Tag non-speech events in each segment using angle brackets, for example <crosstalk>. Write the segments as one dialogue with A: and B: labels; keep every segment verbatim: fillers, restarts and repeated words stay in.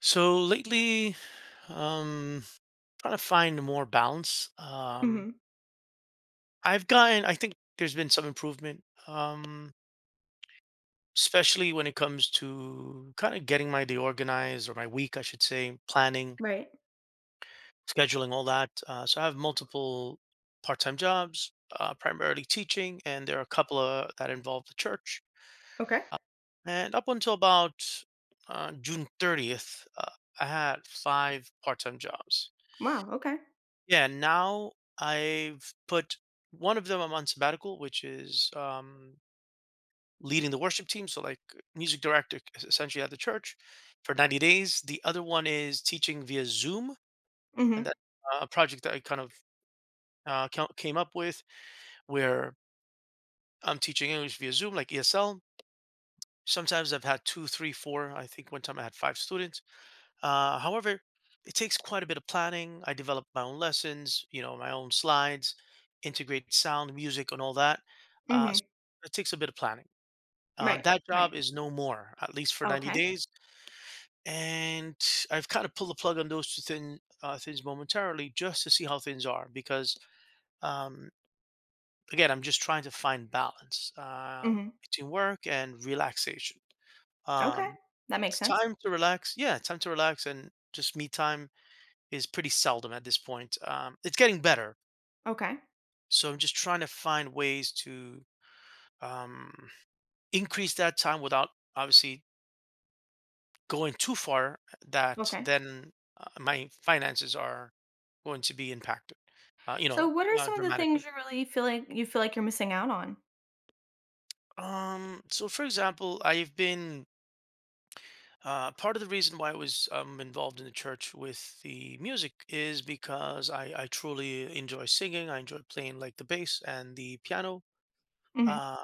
A: So lately, um, trying to find more balance. Um,
B: Mhm.
A: I've gotten, I think there's been some improvement, um, especially when it comes to kind of getting my day organized or my week, I should say, planning,
B: Right.
A: scheduling, all that. Uh, so I have multiple part-time jobs, uh, primarily teaching, and there are a couple of that involve the church.
B: Okay.
A: And up until about uh, June thirtieth, uh, I had five part-time jobs.
B: Wow, okay.
A: Yeah, now I've put one of them I'm on sabbatical, which is, um, leading the worship team, so like music director es- essentially at the church for ninety days. The other one is teaching via Zoom, and
B: Mhm.
A: that's uh, a project that I kind of uh, ca- came up with where I'm teaching English via Zoom, like E S L. Sometimes I've had two, three, four. I think one time I had five students. Uh, however, it takes quite a bit of planning. I developed my own lessons, you know, my own slides, integrate sound, music, and all that. Uh, so
B: Mhm.
A: it takes a bit of planning. Uh,
B: Right,
A: that job
B: right.
A: is no more, at least for ninety
B: Okay.
A: days. And I've kind of pulled the plug on those two thin, uh, things momentarily just to see how things are because, um, again, I'm just trying to find balance uh,
B: Mhm.
A: between work and relaxation.
B: Okay.
A: Um,
B: That makes
A: it's
B: sense.
A: time to relax. Yeah, time to relax, and just me time is pretty seldom at this point. Um, it's getting better,
B: Okay.
A: so I'm just trying to find ways to um, increase that time without obviously going too far. That
B: Okay.
A: then uh, my finances are going to be impacted, uh, you
B: So
A: know,
B: what are
A: uh,
B: some of the
A: dramatically.
B: things you really feel like you feel like you're missing out on?
A: Um, so, for example, I've been uh, part of the reason why I was um, involved in the church with the music is because I, I truly enjoy singing. I enjoy playing like the bass and the piano.
B: Mhm.
A: uh,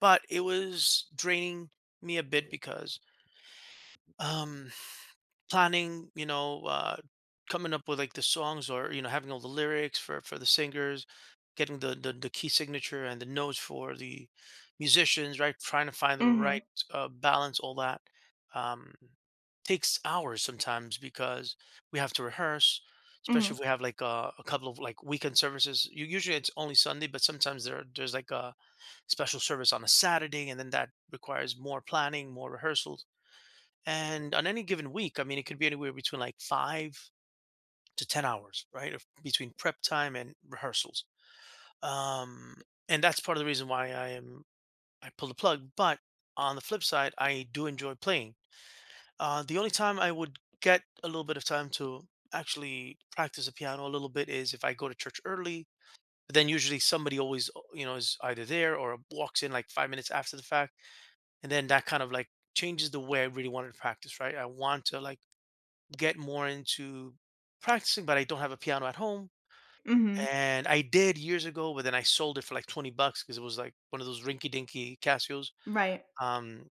A: but it was draining me a bit because um planning, you know uh coming up with like the songs, or you know, having all the lyrics for for the singers, getting the the, the key signature and the notes for the musicians right, trying to find the
B: Mhm.
A: right uh, balance. All that um takes hours sometimes, because we have to rehearse,
B: Mhm.
A: especially if we have like uh, a couple of like weekend services. You usually it's only Sunday, but sometimes there there's like a special service on a Saturday, and then that requires more planning, more rehearsals. And on any given week, I mean, it could be anywhere between like five to ten hours, right? Of, between prep time and rehearsals. Um, and that's part of the reason why I am, I pull the plug. But on the flip side, I do enjoy playing. Uh, the only time I would get a little bit of time to actually practice the piano a little bit is if I go to church early. But then usually somebody always, uh, you know, is either there or walks in like five minutes after the fact, and then that kind of like changes the way I really wanted to practice, right? I want to like get more into practicing, but I don't have a piano at home.
B: Mhm.
A: And I did years ago, but then I sold it for like twenty bucks because it was like one of those rinky dinky Casios.
B: Right.
A: Um,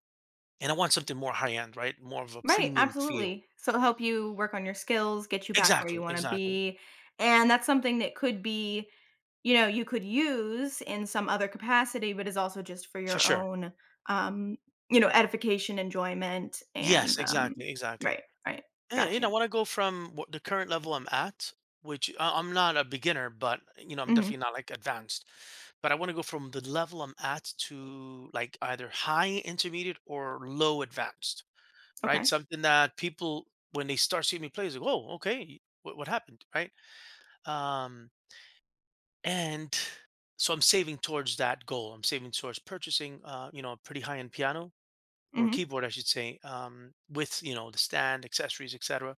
A: and I want something more high end, right? More of a
B: Right,
A: premium feel.
B: absolutely. So it'll help you work on your skills, get you back where you
A: Exactly,
B: want to
A: exactly.
B: be. And that's something that could be, you know, you could use in some other capacity, but is also just for
A: For
B: your
A: sure.
B: own, um, you know, edification, enjoyment,
A: Yes,
B: and um,
A: exactly, exactly.
B: right, right.
A: Yeah,
B: Got
A: you know,
B: you.
A: I want to go from what the current level I'm at, which I- I'm not a beginner, but you know, I'm
B: Hmm.
A: definitely not like advanced. But I want to go from the level I'm at to like either high intermediate or low advanced, right?
B: Okay.
A: Something that people, when they start seeing me play, is like, oh, okay, what what happened, right? Um, and so I'm saving towards that goal. I'm saving towards purchasing, uh, you know, a pretty high end piano, or
B: Hmm.
A: keyboard, I should say, um, with, you know, the stand, accessories, etc.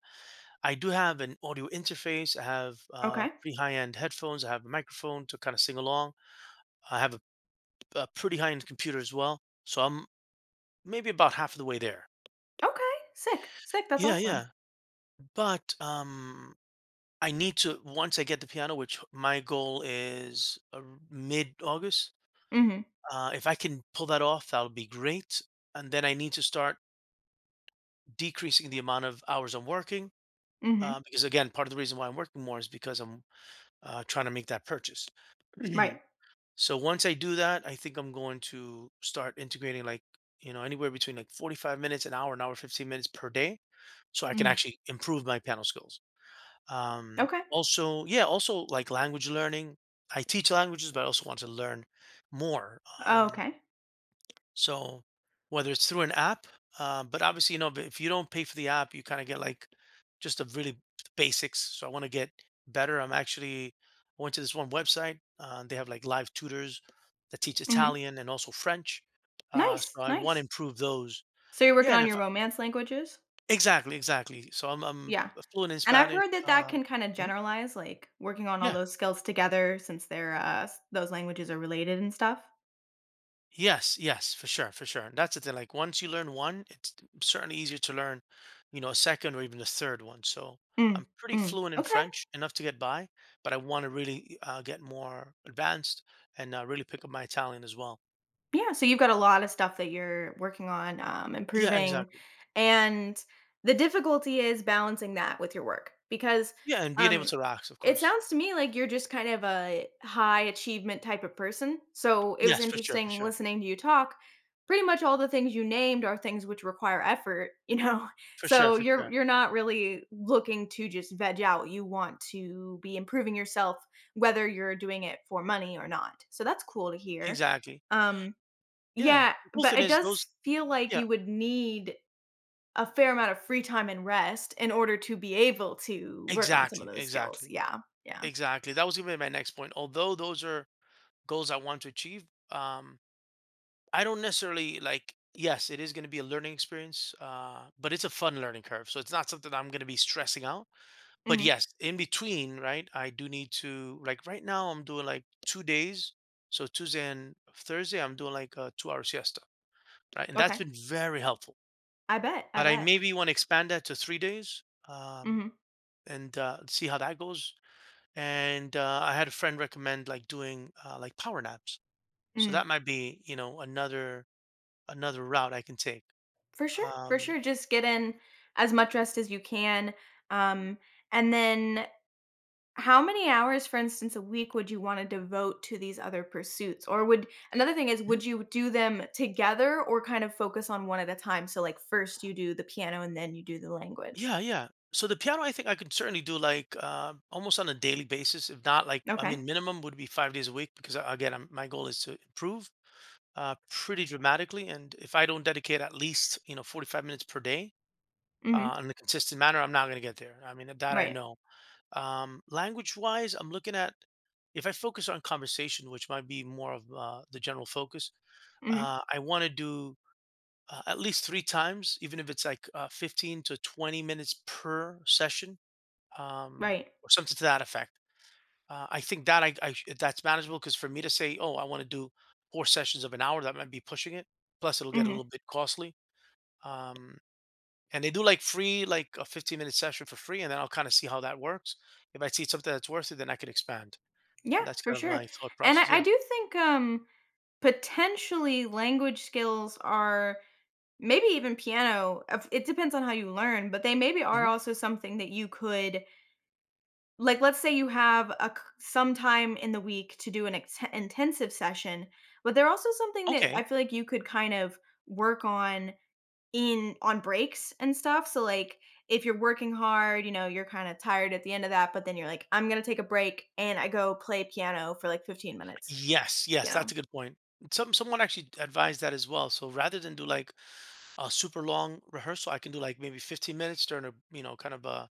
A: I do have an audio interface. I have uh,
B: Okay.
A: pretty high-end headphones. I have a microphone to kind of sing along. I have a, a pretty high-end computer as well. So I'm maybe about half of the way there.
B: Okay. Sick. Sick. That's
A: Yeah,
B: awesome.
A: yeah. But um, I need to, once I get the piano, which my goal is uh, mid-August.
B: Hmm.
A: Uh, if I can pull that off, that'll be great. And then I need to start decreasing the amount of hours I'm working.
B: Hmm.
A: Uh, because again, part of the reason why I'm working more is because I'm uh, trying to make that purchase. <clears throat>
B: Right.
A: So once I do that, I think I'm going to start integrating like, you know, anywhere between like forty-five minutes, an hour, an hour, fifteen minutes per day. So I can
B: Hmm.
A: actually improve my panel skills. Um,
B: Okay.
A: also, yeah, also like language learning. I teach languages, but I also want to learn more. Um,
B: Okay.
A: so whether it's through an app, um, but obviously, you know, but if you don't pay for the app, you kind of get like just a really basics. So I want to get better. I'm actually I went to this one website. Uh, they have like live tutors that teach
B: Hmm.
A: Italian and also French. Uh,
B: Nice.
A: so I want to
B: Nice.
A: improve those.
B: So you're
A: Yeah,
B: working
A: and
B: on
A: if
B: your
A: I,
B: romance languages?
A: exactly, exactly. So I'm I'm
B: Yeah,
A: fluent in
B: and I've
A: Spanish.
B: heard that that
A: Uh,
B: can kinda
A: mhm,
B: generalize, like, working on all
A: yeah.
B: those skills together since they're, uh, s those languages are related and stuff.
A: Yes, yes, for sure, for sure. That's the thing. Like once you learn one, it's certainly easier to learn, you know, a second or even a third one. So
B: Mm,
A: I'm pretty
B: mm,
A: fluent in
B: okay.
A: French, enough to get by, but I want to really uh, get more advanced, and uh, really pick up my Italian as well.
B: Yeah, so you've got a lot of stuff that you're working on, um,
A: Yeah,
B: improving,
A: exactly.
B: and the difficulty is balancing that with your work because,
A: Yeah, and being able
B: um,
A: to relax, of
B: it
A: course.
B: sounds to me like you're just kind of a high achievement type of person. So it was
A: Yes, for sure, for
B: interesting
A: sure,
B: listening to you talk. Pretty much all the things you named are things which require effort, you know. <laughs>
A: for sure,
B: So
A: for
B: you're
A: sure.
B: you're not really looking to just veg out. You want to be improving yourself, whether you're doing it for money or not. So that's cool to hear.
A: Exactly.
B: Um,
A: Yeah.
B: yeah,
A: The cool
B: but
A: thing
B: it
A: is those.
B: does feel like
A: Yeah,
B: you would need a fair amount of free time and rest in order to be able to work on some of
A: exactly,
B: those skills.
A: exactly,
B: Yeah, yeah.
A: exactly. That was gonna be my next point. Although those are goals I want to achieve, um, I don't necessarily like. Yes, it is going to be a learning experience, uh, but it's a fun learning curve. So it's not something I'm going to be stressing out. But
B: Mhm,
A: yes, in between, right? I do need to like right now. I'm doing like two days. So Tuesday and Thursday, I'm doing like a two-hour siesta, right? And that's
B: okay.
A: been very helpful.
B: I bet, I
A: But I
B: bet.
A: maybe want to expand that to three days, um,
B: Mhm,
A: and uh, see how that goes. And uh, I had a friend recommend like doing uh, like power naps. So that
B: mhm.
A: might be, you know, another another route I can take.
B: For sure, for
A: Um,
B: sure, just get in as much rest as you can, um, and then how many hours, for instance, a week would you wanna devote to these other pursuits? Or would another thing is,
A: mhm.
B: would you do them together or kind of focus on one at a time? So, like, first you do the piano and then you do the language.
A: Yeah, yeah. So the piano, I think I could certainly do like uh, almost on a daily basis. If not, like I
B: Okay.
A: mean, minimum would be five days a week, because uh, again, I'm, my goal is to improve uh, pretty dramatically. And if I don't dedicate at least, you know, forty-five minutes per day uh,
B: Mhm.
A: in a consistent manner, I'm not going to get there. I mean, that I
B: Right.
A: know. Um, language wise, I'm looking at, if I focus on conversation, which might be more of uh, the general focus.
B: Mhm.
A: Uh, I want to do uh, at least three times, even if it's like uh, fifteen to twenty minutes per session, um,
B: Right.
A: or something to that effect. Uh, I think that I, I sh- that's manageable, because for me to say, oh, I want to do four sessions of an hour, that might be pushing it. Plus, it'll get a
B: Mhm.
A: little bit costly. Um, and they do like free, like a fifteen minute session for free, and then I'll kind of see how that works. If I see something that's worth it, then I can expand.
B: Yeah,
A: And that's
B: for
A: kind of
B: sure.
A: my thought
B: And I
A: process.
B: I
A: Yeah.
B: do think, um, potentially language skills are maybe even piano, of it depends on how you learn, but they maybe are
A: Hmm.
B: also something that you could like, let's say you have a c some time in the week to do an ex intensive session, but they're also something that I
A: Okay.
B: feel like you could kind of work on in on breaks and stuff. So, like, if you're working hard, you know, you're kinda tired at the end of that, but then you're like, "I'm gonna take a break, and I go play piano for, like, fifteen minutes,"
A: Yes.
B: you
A: Yes. That's
B: know?
A: a good point. Some someone actually advised that as well. So rather than do like a super long rehearsal, I can do like maybe fifteen minutes during a, you know, kind of a,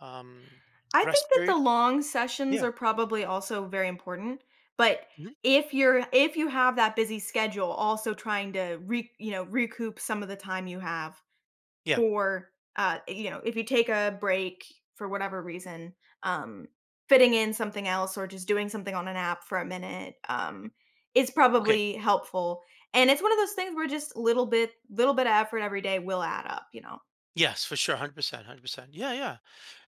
A: um,
B: I think
A: rest
B: that the
A: period.
B: long sessions
A: Yeah.
B: are probably also very important, but
A: Hmm.
B: if you're if you have that busy schedule, also trying to re you know, recoup some of the time you have
A: Yeah.
B: for, uh, you know, if you take a break for whatever reason, um, fitting in something else or just doing something on an app for a minute, um, is
A: Okay.
B: probably helpful. And it's one of those things where just little bit little bit of effort every day will add up, you know.
A: Yes, for sure, hundred percent, hundred percent. Yeah, yeah.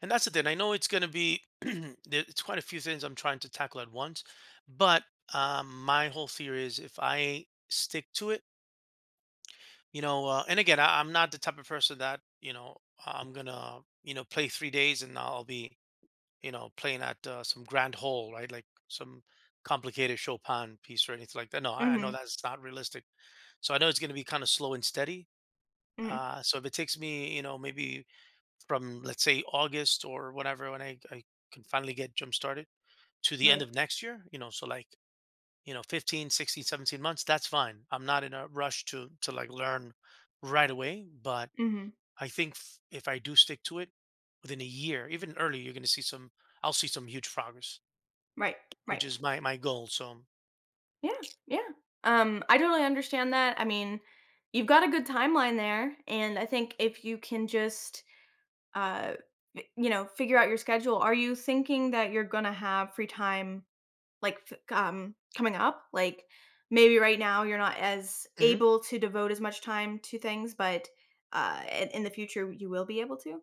A: And that's the thing. I know it's going to be <clears throat> there- it's quite a few things I'm trying to tackle at once, but um, my whole theory is if I stick to it, you know, uh, and again, I, I'm not the type of person that, you know, I'm gonna, you know, play three days and I'll be, you know, playing at uh, some grand hole, right? Like some complicated Chopin piece or anything like that. No, I, I know
B: Mhm.
A: that's not realistic. So I know it's going to be kind of slow and steady.
B: Mhm.
A: Uh, so if it takes me, you know, maybe from, let's say, August or whatever, when I, I can finally get jump started, to the end
B: Right.
A: of next year, you know, so like, you know, fifteen, sixteen, seventeen months, that's fine. I'm not in a rush to, to like learn right away. But
B: Mhm.
A: I think f- if I do stick to it, within a year, even earlier, you're going to see some, I'll see some huge progress.
B: Right.
A: Which
B: Right.
A: is my my goal. So,
B: Yeah, yeah. Um, I totally understand that. I mean, you've got a good timeline there, and I think if you can just, uh, y- you know, figure out your schedule. Are you thinking that you're gonna have free time like f- um coming up? Like maybe right now you're not as
A: mhm.
B: able to devote as much time to things, but uh, in, in the future you will be able to.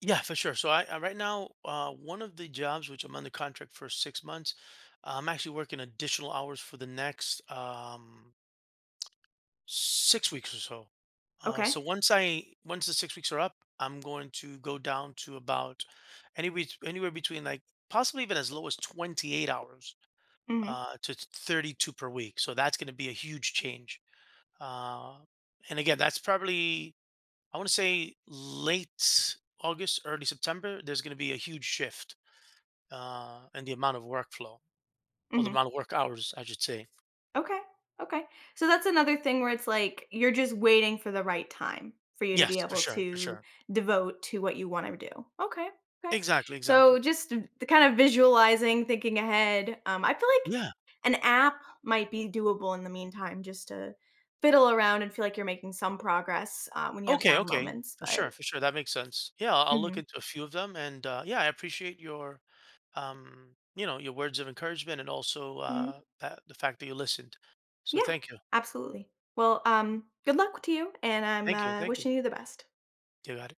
A: Yeah, for sure. So, I, I right now, uh, one of the jobs which I'm under contract for six months, uh, I'm actually working additional hours for the next um, six weeks or so. Uh,
B: Okay.
A: so once I, once the six weeks are up, I'm going to go down to about anywhere anywhere between like possibly even as low as twenty-eight hours
B: Mm-hmm.
A: uh, to thirty-two per week. So that's going to be a huge change. Uh, and again, that's probably, I want to say late August, early September, there's going to be a huge shift uh, in the amount of workflow, or the
B: Mm-hmm.
A: amount of work hours, I should say.
B: Okay. Okay. So that's another thing where it's like you're just waiting for the right time for you to be
A: Yes, for
B: able
A: sure, for
B: to
A: sure.
B: devote to what you want to do. Okay. Okay.
A: Exactly,
B: So
A: exactly.
B: just the kind of visualizing, thinking ahead. Um, I feel like
A: Yeah.
B: an app might be doable in the meantime just to fiddle around and feel like you're making some progress uh, when you have
A: Okay,
B: down
A: okay.
B: moments.
A: For
B: But
A: sure, for sure. That makes sense. Yeah, I'll I'll look
B: mhm,
A: into a few of them, and uh, yeah, I appreciate your, um, you know, your words of encouragement, and also uh,
B: mhm.
A: that, the fact that you listened. So
B: Yeah,
A: thank you,
B: absolutely. Well, um, good luck to you, and I'm
A: thank you,
B: uh,
A: thank you.
B: wishing you the best.
A: You got it.